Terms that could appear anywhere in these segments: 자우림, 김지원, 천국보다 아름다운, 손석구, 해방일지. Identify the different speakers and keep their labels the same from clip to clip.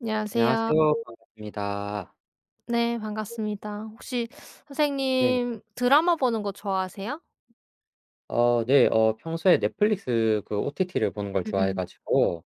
Speaker 1: 안녕하세요.
Speaker 2: 안녕하세요. 반갑습니다.
Speaker 1: 네, 반갑습니다. 혹시
Speaker 2: 네.
Speaker 1: 선생님 드라마 보는 거 좋아하세요?
Speaker 2: 네. 평소에 넷플릭스 그 OTT를 보는 걸 좋아해
Speaker 1: 음음.
Speaker 2: 가지고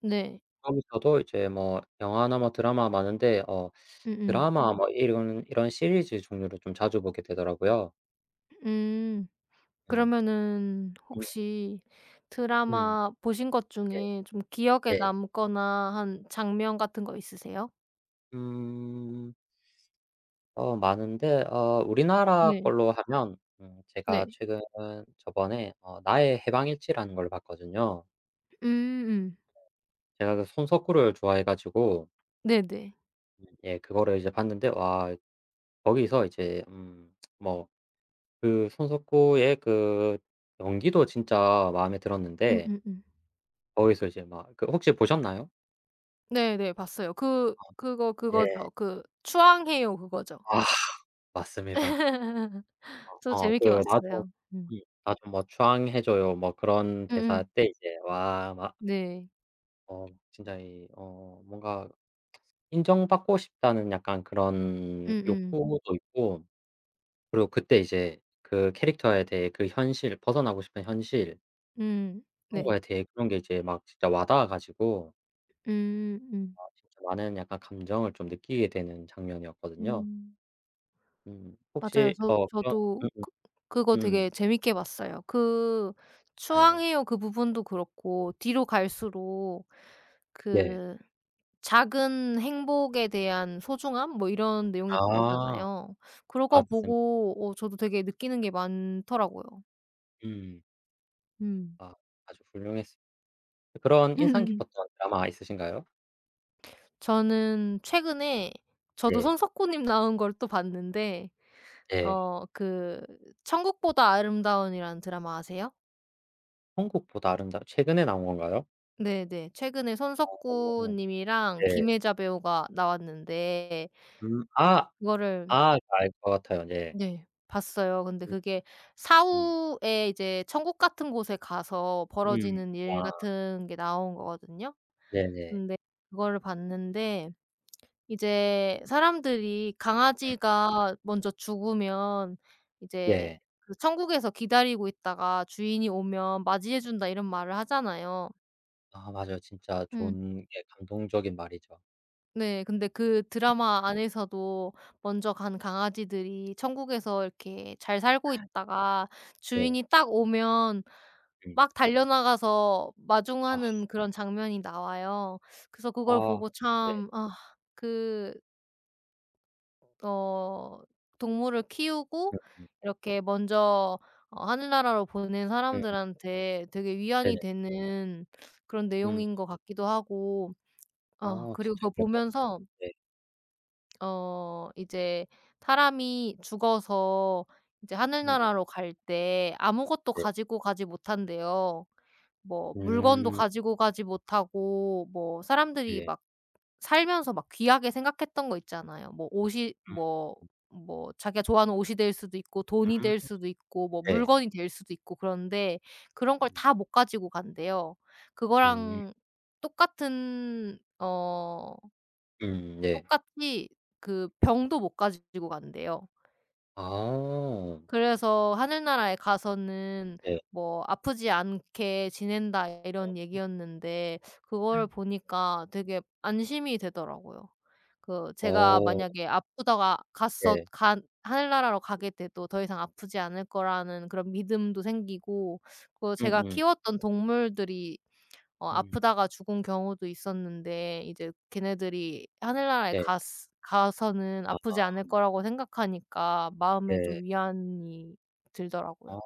Speaker 1: 네.
Speaker 2: 그러면서도 이제 뭐 영화나 뭐 드라마 많은데
Speaker 1: 음음.
Speaker 2: 드라마 뭐 이런 시리즈 종류를 좀 자주 보게 되더라고요.
Speaker 1: 음.
Speaker 2: 음.
Speaker 1: 그러면은
Speaker 2: 음
Speaker 1: 혹시
Speaker 2: 음.
Speaker 1: 드라마 보신 것
Speaker 2: 네.
Speaker 1: 중에 좀 기억에
Speaker 2: 네.
Speaker 1: 남거나 한 장면 같은 거 있으세요?
Speaker 2: 음. 많은데 우리나라
Speaker 1: 네.
Speaker 2: 걸로 하면
Speaker 1: 네.
Speaker 2: 제가 최근 저번에 나의 해방일지라는 걸 봤거든요.
Speaker 1: 음음.
Speaker 2: 제가 그 손석구를 좋아해 가지고
Speaker 1: 네네.
Speaker 2: 예, 그거를 이제 봤는데 와, 거기서 이제 뭐그 손석구의 그 연기도 진짜 마음에 들었는데
Speaker 1: 음음음.
Speaker 2: 거기서 이제 막 그 혹시 보셨나요?
Speaker 1: 네네. 봤어요. 그 그거
Speaker 2: 예.
Speaker 1: 그거죠. 그 추앙해요, 그거죠.
Speaker 2: 아, 맞습니다.
Speaker 1: 저 재밌게
Speaker 2: 그
Speaker 1: 봤어요. 음.
Speaker 2: 음 나 좀 뭐 추앙해 줘요." 뭐 그런 대사
Speaker 1: 음음.
Speaker 2: 때 이제 와, 막
Speaker 1: 네.
Speaker 2: 진짜 이 뭔가 인정받고 싶다는 약간 그런
Speaker 1: 음음.
Speaker 2: 욕구도 있고 그리고 그때 이제 그 캐릭터에 대해 그 현실 벗어나고 싶은 현실
Speaker 1: 음.
Speaker 2: 그런
Speaker 1: 네.
Speaker 2: 거에 대해 그런 게 이제 막 진짜 와 닿아 가지고
Speaker 1: 음 음.
Speaker 2: 아, 진짜 많은 약간 감정을 좀 느끼게 되는 장면이었거든요.
Speaker 1: 음. 맞아요.
Speaker 2: 혹시
Speaker 1: 저
Speaker 2: 그런.
Speaker 1: 저도
Speaker 2: 음음.
Speaker 1: 그 그거 되게
Speaker 2: 음.
Speaker 1: 재밌게 봤어요. 그
Speaker 2: 아 네.
Speaker 1: 추앙해요 그 부분도 그렇고 뒤로 갈수록
Speaker 2: 네.
Speaker 1: 그 작은 행복에 대한 소중함 뭐 이런 내용이
Speaker 2: 아.
Speaker 1: 나오잖아요. 그거
Speaker 2: 맞습
Speaker 1: 보고 저도 되게 느끼는 게 많더라고요.
Speaker 2: 음.
Speaker 1: 음.
Speaker 2: 아. 아주 훌륭했습 그런 인상 깊었던 드라마 있으신가요?
Speaker 1: 저는 최근에 저도
Speaker 2: 네.
Speaker 1: 손석구님 나온 걸 또 봤는데
Speaker 2: 예.
Speaker 1: 그 천국보다 아름다운이라는 드라마 아세요?
Speaker 2: 천국보다 아름다운 최근에 나온 건가요?
Speaker 1: 네네. 최근에 손석구
Speaker 2: 어
Speaker 1: 님이랑
Speaker 2: 네.
Speaker 1: 김혜자 배우가 나왔는데
Speaker 2: 음 아
Speaker 1: 그 그거를
Speaker 2: 알 것 같아요. 네.
Speaker 1: 네, 봤어요. 근데 그게
Speaker 2: 음음.
Speaker 1: 사후에 이제 천국 같은 곳에 가서
Speaker 2: 음.
Speaker 1: 벌어지는 일
Speaker 2: 아
Speaker 1: 같은 게 나온 거거든요.
Speaker 2: 네네.
Speaker 1: 근데 그거를 봤는데 이제 사람들이 강아지가 먼저 죽으면 이제
Speaker 2: 네.
Speaker 1: 그 천국에서 기다리고 있다가 주인이 오면 맞이해 준다, 이런 말을 하잖아요.
Speaker 2: 아 맞아요. 진짜
Speaker 1: 음.
Speaker 2: 좋은 예 감동적인 말이죠.
Speaker 1: 네. 근데 그 드라마 안에서도 먼저 간 강아지들이 천국에서 이렇게 잘 살고 있다가
Speaker 2: 네.
Speaker 1: 주인이 딱 오면
Speaker 2: 음.
Speaker 1: 막 달려나가서
Speaker 2: 아.
Speaker 1: 마중하는 그런 장면이 나와요. 그래서 그걸
Speaker 2: 아
Speaker 1: 보고
Speaker 2: 네.
Speaker 1: 참
Speaker 2: 음.
Speaker 1: 아그 어 동물을 키우고 이렇게 먼저 하늘나라로 보낸
Speaker 2: 음
Speaker 1: 사람들한테 되게 위안이
Speaker 2: 네네.
Speaker 1: 되는 그런
Speaker 2: 음.
Speaker 1: 내용인 것 같기도 하고
Speaker 2: 아
Speaker 1: 그리고
Speaker 2: 진짜
Speaker 1: 그거
Speaker 2: 그럴 것
Speaker 1: 보면서
Speaker 2: 같은데.
Speaker 1: 이제 사람이 죽어서 이제
Speaker 2: 음음.
Speaker 1: 하늘나라로 갈 때 아무것도
Speaker 2: 네.
Speaker 1: 가지고 가지 못한대요. 뭐 물건도
Speaker 2: 음
Speaker 1: 가지고 가지 못하고 뭐 사람들이
Speaker 2: 네.
Speaker 1: 막 살면서 막 귀하게 생각했던 거 있잖아요. 뭐 옷이 뭐 뭐 자기가 좋아하는 옷이 될 수도 있고 돈이
Speaker 2: 음음
Speaker 1: 될 수도 있고 뭐
Speaker 2: 네.
Speaker 1: 물건이 될 수도 있고 그런데 그런 걸
Speaker 2: 음.
Speaker 1: 다 못 가지고 간대요.
Speaker 2: 음
Speaker 1: 그거랑 똑같은 어
Speaker 2: 네.
Speaker 1: 똑같이 그 병도 못 가지고 간대요.
Speaker 2: 아
Speaker 1: 그래서 하늘나라에 가서는
Speaker 2: 네.
Speaker 1: 뭐 "아프지 않게 지낸다." 이런 얘기였는데 그거를 보니까 되게 안심이 되더라고요. 그 제가
Speaker 2: 어
Speaker 1: 만약에 아프다가 갔서
Speaker 2: 네.
Speaker 1: 간 하늘나라로 가게 돼도 더 이상 아프지 않을 거라는 그런 믿음도 생기고 그 제가
Speaker 2: 음음. 음.
Speaker 1: 키웠던 동물들이
Speaker 2: 음.
Speaker 1: 아프다가 죽은 경우도 있었는데 이제 걔네들이 하늘나라에
Speaker 2: 네.
Speaker 1: 갔 가서는
Speaker 2: 아
Speaker 1: 아프지 않을 거라고 생각하니까 마음에
Speaker 2: 네.
Speaker 1: 좀 위안이
Speaker 2: 아
Speaker 1: 들더라고요.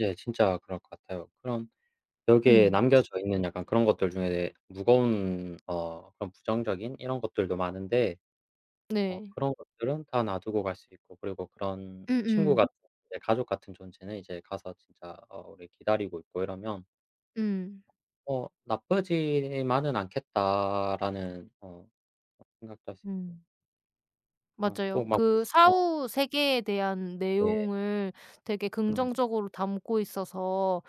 Speaker 2: 네, 진짜 그럴 것 같아요. 그럼 여기에
Speaker 1: 음.
Speaker 2: 남겨져 있는 약간 그런 것들 중에 무거운 그런 부정적인 이런 것들도 많은데
Speaker 1: 네.
Speaker 2: 그런 것들은 다 놔두고 갈 수 있고, 그리고 그런 친구
Speaker 1: 음음.
Speaker 2: 같은 이제 가족 같은 존재는 이제 가서 진짜 우리 기다리고 있고 이러면
Speaker 1: 음.
Speaker 2: '나쁘지만은 않겠다.'라는 생각도 할 수 있고.
Speaker 1: 음.
Speaker 2: 아 꼭
Speaker 1: 맞아요.
Speaker 2: 막
Speaker 1: 그
Speaker 2: 어
Speaker 1: 사후 세계에 대한
Speaker 2: 네.
Speaker 1: 내용을 되게
Speaker 2: 음
Speaker 1: 긍정적으로 담고 있어서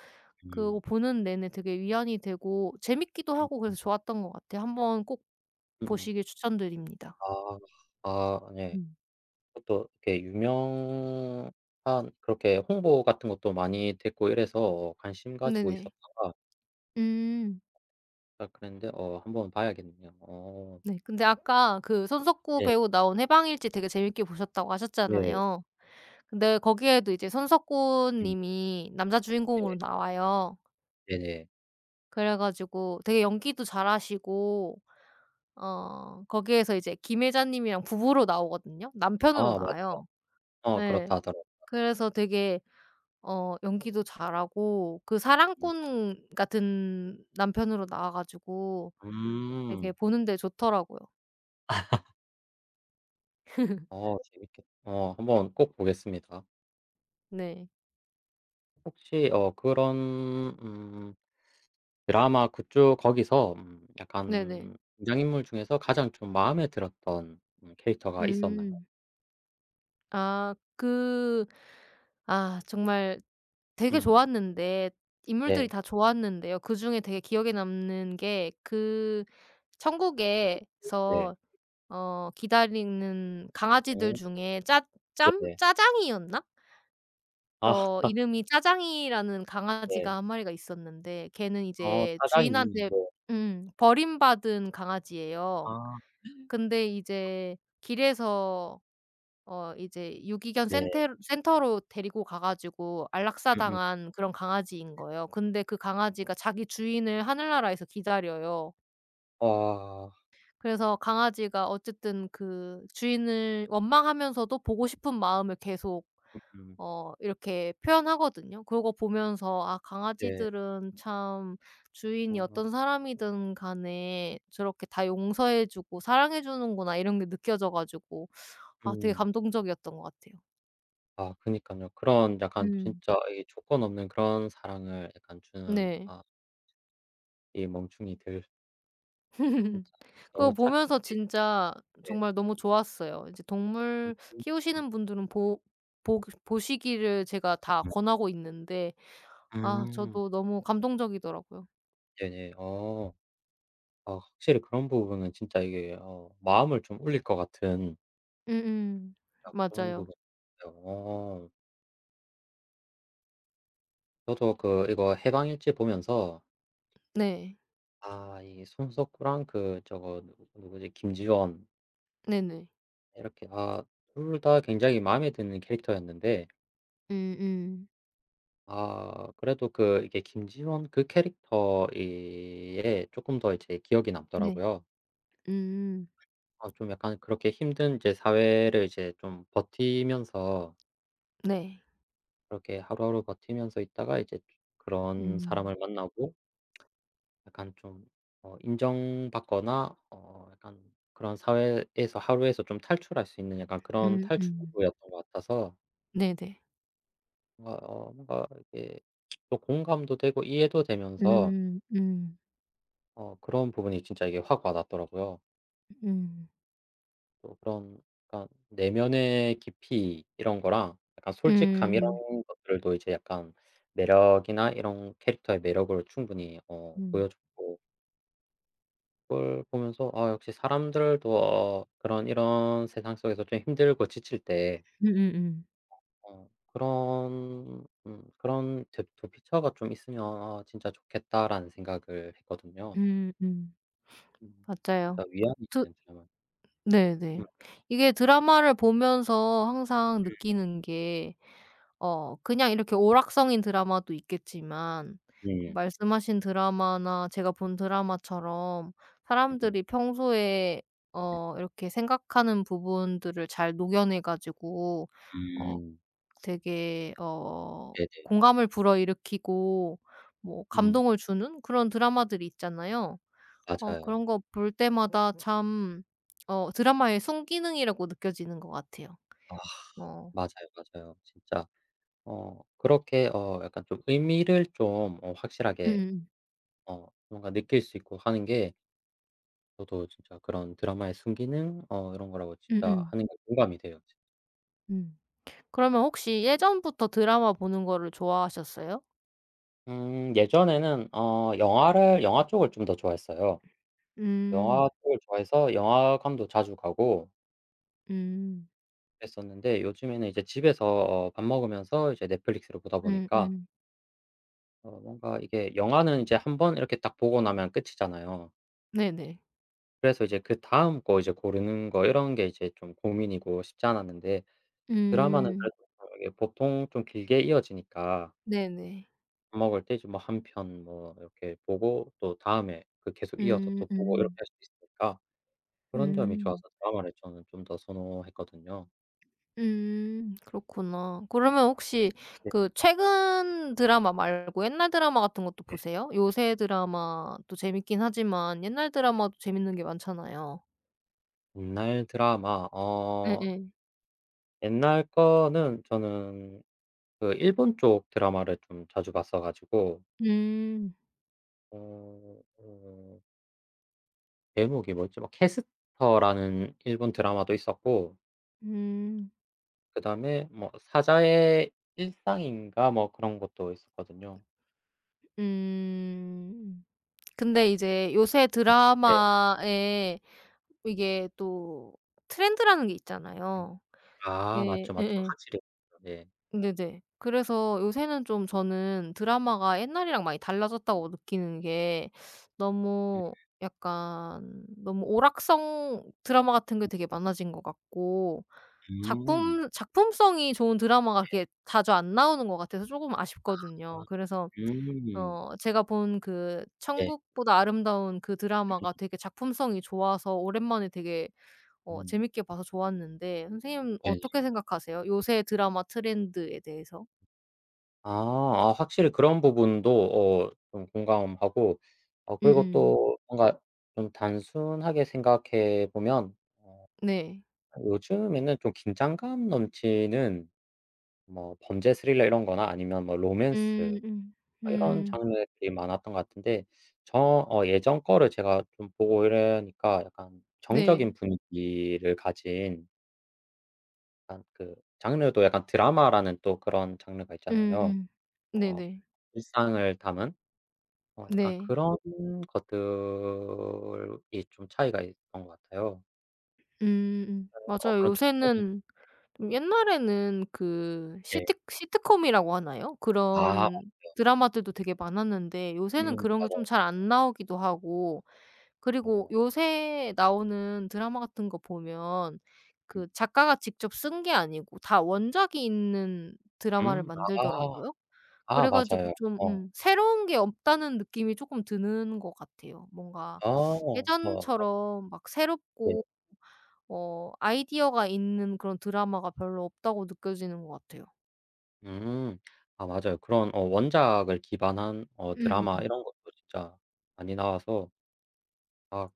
Speaker 1: 그거
Speaker 2: 음.
Speaker 1: 보는 내내 되게 위안이 되고 재밌기도
Speaker 2: 음음.
Speaker 1: 하고 그래서 좋았던 것 같아요. 한번 꼭
Speaker 2: 음음.
Speaker 1: 보시길 추천드립니다.
Speaker 2: 아. 아 네.
Speaker 1: 음.
Speaker 2: 그것도 이렇게 유명한 그렇게 홍보 같은 것도 많이 됐고 이래서 관심 가지고
Speaker 1: 네네.
Speaker 2: 있었다가
Speaker 1: 음.
Speaker 2: 딱 그랬는데 한번 봐야겠네요.
Speaker 1: 네. 근데 아까 그 손석구
Speaker 2: 네.
Speaker 1: 배우 나온 해방일지 되게 재밌게 보셨다고
Speaker 2: 네.
Speaker 1: 하셨잖아요. 근데 거기에도 이제 손석구
Speaker 2: 음.
Speaker 1: 님이 남자
Speaker 2: 네.
Speaker 1: 주인공으로 나와요.
Speaker 2: 네네.
Speaker 1: 그래 가지고 되게 연기도 잘하시고 거기에서 이제 김 회장님이랑 부부로 나오거든요.
Speaker 2: 아
Speaker 1: 남편으로
Speaker 2: 맞아요.
Speaker 1: 나와요. 예.
Speaker 2: 그렇다 하더라고요.
Speaker 1: 그래서 되게 연기도 잘하고 그 사랑꾼 같은 남편으로 나와 가지고 되게
Speaker 2: 음.
Speaker 1: 보는데 좋더라고요.
Speaker 2: 어 재밌겠 어 한번 꼭 보겠습니다.
Speaker 1: 네.
Speaker 2: 혹시 그런 음 드라마 그쪽 거기서
Speaker 1: 네네.
Speaker 2: 약간 등장인물 중에서 가장 좀 마음에 들었던 캐릭터가 있었나요?
Speaker 1: 음. 아 그 정말 되게
Speaker 2: 음.
Speaker 1: 좋았는데 인물들이
Speaker 2: 네.
Speaker 1: 다 좋았는데요. 그중에 되게 기억에 남는 게 그
Speaker 2: 네.
Speaker 1: 천국에서 기다리는 강아지들
Speaker 2: 어
Speaker 1: 중에 짜 짬
Speaker 2: 네네.
Speaker 1: 짜장이었나
Speaker 2: 아
Speaker 1: 이름이 짜장이라는
Speaker 2: 네.
Speaker 1: 강아지가 한 마리가 있었는데 걔는
Speaker 2: 어
Speaker 1: 이제
Speaker 2: 사장이
Speaker 1: 주인한테
Speaker 2: 네.
Speaker 1: 버림받은 강아지예요.
Speaker 2: 아
Speaker 1: 근데 이제 길에서 이제 유기견
Speaker 2: 네.
Speaker 1: 센테 센터로 데리고 가 가지고
Speaker 2: 음음.
Speaker 1: 안락사당한 그런 강아지인 거예요. 근데 그 강아지가 자기 주인을 하늘나라에서 기다려요.
Speaker 2: 와.
Speaker 1: 그래서 강아지가 어쨌든 그 주인을 원망하면서도 보고 싶은 마음을 계속
Speaker 2: 음.
Speaker 1: 이렇게 표현하거든요. 그러고 보면서 '아
Speaker 2: 네.
Speaker 1: 강아지들은 참 주인이
Speaker 2: 아.
Speaker 1: 어떤 사람이든 간에 저렇게 다 용서해 주고 사랑해 주는구나.' 이런 게 느껴져 가지고 되게
Speaker 2: 음.
Speaker 1: 감동적이었던 것 같아요.
Speaker 2: 아, 그니깐요. 그런 약간
Speaker 1: 음.
Speaker 2: 진짜. 음. 이 조건 없는 그런 사랑을 약간 주는.
Speaker 1: 네.
Speaker 2: 아, 이 멍충이들 진짜
Speaker 1: 그거
Speaker 2: 너무 착해.
Speaker 1: 보면서 진짜
Speaker 2: 네.
Speaker 1: 정말 너무 좋았어요. 이제 동물 키우시는 분들은 보 보 보시기를 제가 다 권하고 있는데 아
Speaker 2: 음.
Speaker 1: 저도 너무 감동적이더라고요.
Speaker 2: 네네. 아, 확실히 그런 부분은 진짜 이게 마음을 좀 울릴 것 같은.
Speaker 1: 음음.
Speaker 2: 아, 그런
Speaker 1: 맞아요.
Speaker 2: 부분 요 저도 그 이거 해방일지 보면서
Speaker 1: 네.
Speaker 2: 아, 이 손석구랑 그 저거 누구 누구지, 김지원.
Speaker 1: 네네.
Speaker 2: 이렇게, 아 둘 다 굉장히 마음에 드는 캐릭터였는데
Speaker 1: 음음.
Speaker 2: 아 그래도 그 이게 김지원 그 캐릭터에 조금 더 이제 기억이
Speaker 1: 네.
Speaker 2: 남더라고요.
Speaker 1: 음.
Speaker 2: 아 좀 약간 그렇게 힘든 이제 사회를 이제 좀 버티면서,
Speaker 1: 네.
Speaker 2: 그렇게 하루하루 버티면서 있다가 이제 그런
Speaker 1: 음.
Speaker 2: 사람을 만나고 약간 좀 인정받거나 약간 그런 사회에서 하루에서 좀 탈출할 수 있는 약간 그런
Speaker 1: 음음.
Speaker 2: 탈출구였던 것 같아서
Speaker 1: 네네.
Speaker 2: 뭔가 이게 또 공감도 되고 이해도 되면서
Speaker 1: 음. 음.
Speaker 2: 그런 부분이 진짜 이게 확 와 닿더라고요.
Speaker 1: 음.
Speaker 2: 또 그런 약간 내면의 깊이 이런 거랑 약간 솔직함 이런
Speaker 1: 음.
Speaker 2: 것들도 이제 약간 매력이나 이런 캐릭터의 매력을 충분히
Speaker 1: 음.
Speaker 2: 보여줬고, 그걸 보면서 아, 역시 사람들도 그런 이런 세상 속에서 좀 힘들고 지칠 때
Speaker 1: 음음음.
Speaker 2: 그런 그런 대 도피처가 좀 있으면 '아 진짜 좋겠다.'라는 생각을 했거든요.
Speaker 1: 음음.
Speaker 2: 음. 진짜
Speaker 1: 맞아요. 그
Speaker 2: 위안이
Speaker 1: 두
Speaker 2: 되는 드라마. 음.
Speaker 1: 네네. 이게 드라마를 보면서 항상 느끼는 게 그냥 이렇게 오락성인 드라마도 있겠지만
Speaker 2: 음.
Speaker 1: 말씀하신 드라마나 제가 본 드라마처럼
Speaker 2: 음 음.
Speaker 1: 사람들이 평소에 이렇게 생각하는 부분들을 잘 녹여내 가지고 어
Speaker 2: 음.
Speaker 1: 되게
Speaker 2: 네네.
Speaker 1: 공감을 불어일으키고 뭐
Speaker 2: 음.
Speaker 1: 감동을 주는 그런 드라마들이 있잖아요.
Speaker 2: 맞아요.
Speaker 1: 그런 거 볼 때마다 참 드라마의 순기능이라고 느껴지는 것 같아요.
Speaker 2: 아
Speaker 1: 어.
Speaker 2: 맞아요, 맞아요. 진짜 그렇게 약간 좀 의미를 좀 확실하게
Speaker 1: 음음.
Speaker 2: 뭔가 느낄 수 있고 하는 게, 저도 진짜 그런 드라마의 순기능 이런 거라고
Speaker 1: 음음.
Speaker 2: 진짜
Speaker 1: 음.
Speaker 2: 하는 게 공감이 돼요. 진
Speaker 1: 음. 음. 그러면 혹시 예전부터 드라마 보는 거를 좋아하셨어요?
Speaker 2: 예전에는 영화 쪽을 좀 더 좋아했어요.
Speaker 1: 음.
Speaker 2: 영화 쪽을 좋아해서 영화관도 자주 가고
Speaker 1: 음.
Speaker 2: 그랬었는데 요즘에는 이제 집에서 밥 먹으면서 이제 넷플릭스를 보다 보니까
Speaker 1: 음음.
Speaker 2: 뭔가 이게 영화는 이제 한 번 이렇게 딱 보고 나면 끝이잖아요.
Speaker 1: 네네.
Speaker 2: 그래서 이제 그다음 거 이제 고르는 거 이런 게 이제 좀 고민이고 쉽지 않았는데, 드라마는
Speaker 1: 음.
Speaker 2: 그래도 뭐 이게 보통 좀 길게 이어지니까
Speaker 1: 네네.
Speaker 2: 밥 먹을 때 이제 뭐 한 편 뭐 이렇게 보고 또 다음에 그 계속 이어서
Speaker 1: 음
Speaker 2: 또 보고 이렇게
Speaker 1: 음.
Speaker 2: 할 수 있으니까 그런 점이 좋아서
Speaker 1: 음.
Speaker 2: 드라마를 저는 좀 더 선호했거든요.
Speaker 1: 그렇구나. 그러면 혹시
Speaker 2: 네
Speaker 1: 그 최근 드라마 말고 옛날 드라마 같은 것도
Speaker 2: 네.
Speaker 1: 보세요? 요새 드라마도 재밌긴 하지만 옛날 드라마도 재밌는 게 많잖아요.
Speaker 2: 옛날 드라마 어
Speaker 1: 예예.
Speaker 2: 옛날 거는 저는 그 일본 쪽 드라마를 좀 자주 봤어 가지고
Speaker 1: 음.
Speaker 2: 어 어 제목이 뭐였지? 뭐 캐스터라는 일본 드라마도 있었고
Speaker 1: 음.
Speaker 2: 그다음에 뭐 사자의 일상인가 뭐 그런 것도 있었거든요.
Speaker 1: 음. 근데 이제 요새
Speaker 2: 네.
Speaker 1: 드라마에 이게 또 트렌드라는 게
Speaker 2: 음.
Speaker 1: 있잖아요.
Speaker 2: 아
Speaker 1: 예
Speaker 2: 맞죠, 맞죠.
Speaker 1: 예예.
Speaker 2: 확실히. 네.
Speaker 1: 네네. 그래서 요새는 좀 저는 드라마가 옛날이랑 많이
Speaker 2: 음.
Speaker 1: 달라졌다고 느끼는 게 너무 약간 너무 오락성 드라마 같은 게 되게 많아진 것 같고
Speaker 2: 음.
Speaker 1: 작품성이 좋은 드라마가 그렇게 자주 안 나오는 것 같아서 조금
Speaker 2: 아.
Speaker 1: 아쉽거든요. 그래서
Speaker 2: 음.
Speaker 1: 제가 본 그
Speaker 2: 네.
Speaker 1: 천국보다 아름다운 그 드라마가 되게 작품성이 좋아서 오랜만에 되게
Speaker 2: 음.
Speaker 1: 재밌게 봐서 좋았는데 선생님
Speaker 2: 네,
Speaker 1: 어떻게 생각하세요? 요새 드라마 트렌드에 대해서?
Speaker 2: 아 아 확실히 그런 부분도 좀 공감하고 그리고
Speaker 1: 음음.
Speaker 2: 또 뭔가 좀 단순하게 생각해 보면
Speaker 1: 네.
Speaker 2: 요즘에는 좀 긴장감 넘치는 뭐 범죄 스릴러 이런 거나 아니면 뭐 로맨스
Speaker 1: 음 음.
Speaker 2: 뭐 이런
Speaker 1: 음.
Speaker 2: 장르들이 많았던 것 같은데 예전 거를 제가 좀 보고 이러니까 약간
Speaker 1: 네.
Speaker 2: 정적인 분위기를 가진 약간 그 장르도, 약간 드라마라는 또 그런 장르가
Speaker 1: 음
Speaker 2: 있잖아요.
Speaker 1: 음.
Speaker 2: 어
Speaker 1: 네네.
Speaker 2: 일상을 담은 약간
Speaker 1: 네.
Speaker 2: 그런 것들이 좀 차이가 있던 것 같아요.
Speaker 1: 음음.
Speaker 2: 어
Speaker 1: 맞아요.
Speaker 2: 그런 정적인
Speaker 1: 요새는 좀 옛날에는 그
Speaker 2: 예.
Speaker 1: 시트콤이라고 하나요?
Speaker 2: 아
Speaker 1: 그런 드라마들도 되게 많았는데 요새는 그런 게 좀
Speaker 2: 맞아요,
Speaker 1: 잘 안 나오기도 하고 그리고
Speaker 2: 맞아요.
Speaker 1: 요새 나오는 드라마 같은 거 보면
Speaker 2: 음.
Speaker 1: 그 작가가 직접 쓴 게 아니고 다 원작이 있는 드라마를
Speaker 2: 음. 아.
Speaker 1: 만들더라고요.
Speaker 2: 아
Speaker 1: 그래 가지고
Speaker 2: 맞아요.
Speaker 1: 좀 새로운 게 없다는 느낌이 조금 드는 것 같아요. 뭔가
Speaker 2: 아.
Speaker 1: 예전처럼 막
Speaker 2: 맞네.
Speaker 1: 새롭고 아이디어가 있는 그런 드라마가 별로 없다고 느껴지는 것 같아요.
Speaker 2: 음. 아 맞아요. 그런 원작을 기반한 드라마
Speaker 1: 음
Speaker 2: 이런 것도 진짜 많이 나와서 아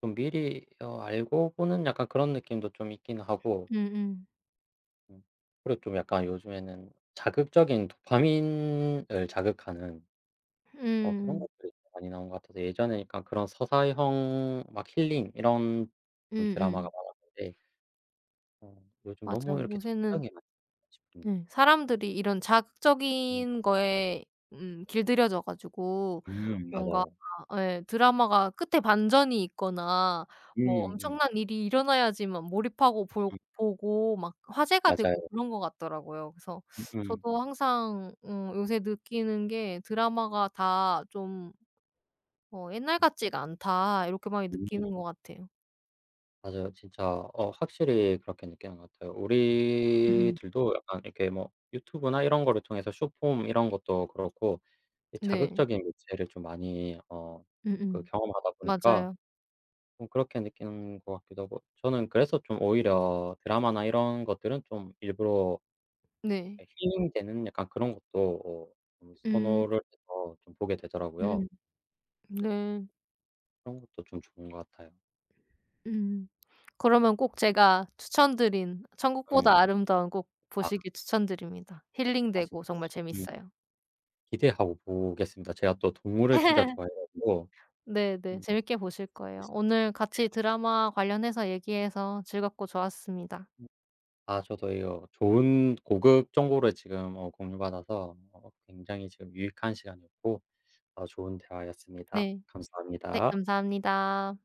Speaker 2: 좀 미리 알고 보는 약간 그런 느낌도 좀 있긴 하고.
Speaker 1: 음 음.
Speaker 2: 음 그리고 좀 약간 요즘에는 자극적인 도파민을 자극하는
Speaker 1: 음
Speaker 2: 그런
Speaker 1: 음.
Speaker 2: 것들이 좀 많이 나온 것 같아서, 예전에 약간 그런 서사형 막 힐링 이런
Speaker 1: 음
Speaker 2: 좀 드라마가
Speaker 1: 음.
Speaker 2: 많았는데 요즘 너무
Speaker 1: 맞아요.
Speaker 2: 이렇게
Speaker 1: 요새는,
Speaker 2: 자극적이 많 싶은.
Speaker 1: 네, 사람들이 이런
Speaker 2: 음.
Speaker 1: 자극적인 거에 길들여져 가지고 뭔가,
Speaker 2: 맞아요.
Speaker 1: 예, 드라마가 끝에 반전이 있거나 뭐
Speaker 2: 음음.
Speaker 1: 엄청난 일이 일어나야지만 몰입하고 볼
Speaker 2: 음.
Speaker 1: 보고 막 화제가
Speaker 2: 맞아요.
Speaker 1: 되고 그런 것 같더라고요. 그래서
Speaker 2: 음음.
Speaker 1: 저도 항상 요새 느끼는 게 '드라마가 다 좀 옛날 같지가 않다.' 이렇게 많이
Speaker 2: 음
Speaker 1: 느끼는 것 같아요.
Speaker 2: 맞아요. 진짜 확실히 그렇게 느끼는 것 같아요.
Speaker 1: 음.
Speaker 2: 우리들도 약간 이렇게 뭐 유튜브나 이런 거를 통해서 숏폼 이런 것도 그렇고 이
Speaker 1: 네.
Speaker 2: 자극적인 매체를 좀 많이 그
Speaker 1: 음음.
Speaker 2: 경험하다 보니까
Speaker 1: 맞아요.
Speaker 2: 좀 그렇게 느끼는 것 같기도 하고, 저는 그래서 좀 오히려 드라마나 이런 것들은 좀 일부러
Speaker 1: 네.
Speaker 2: 예 힐링되는 약간 그런 것도 좀
Speaker 1: 음.
Speaker 2: 선호를 해서 좀 보게 되더라고요.
Speaker 1: 음음. 네.
Speaker 2: 그런 것도 좀 좋은 것 같아요.
Speaker 1: 음. 그러면 꼭 제가 추천드린
Speaker 2: 음.
Speaker 1: 천국보다 아름다운 곡
Speaker 2: 아
Speaker 1: 보시길 추천드립니다.
Speaker 2: 맛있
Speaker 1: 힐링되고 정말
Speaker 2: 음
Speaker 1: 재밌어요.
Speaker 2: 기대하고 보겠습니다. 제가 또 동물을 진짜 좋아해 가지고
Speaker 1: 네네.
Speaker 2: 음
Speaker 1: 재밌게 보실 거예요. 오늘 같이 드라마 관련해서 얘기해서 즐겁고 좋았습니다.
Speaker 2: 아, 저도 요 좋은 고급 정보를 지금 공유받아서 굉장히 지금 유익한 시간이었고 좋은 대화였습니다.
Speaker 1: 네. 네
Speaker 2: 감사합니다.
Speaker 1: 감사합니다.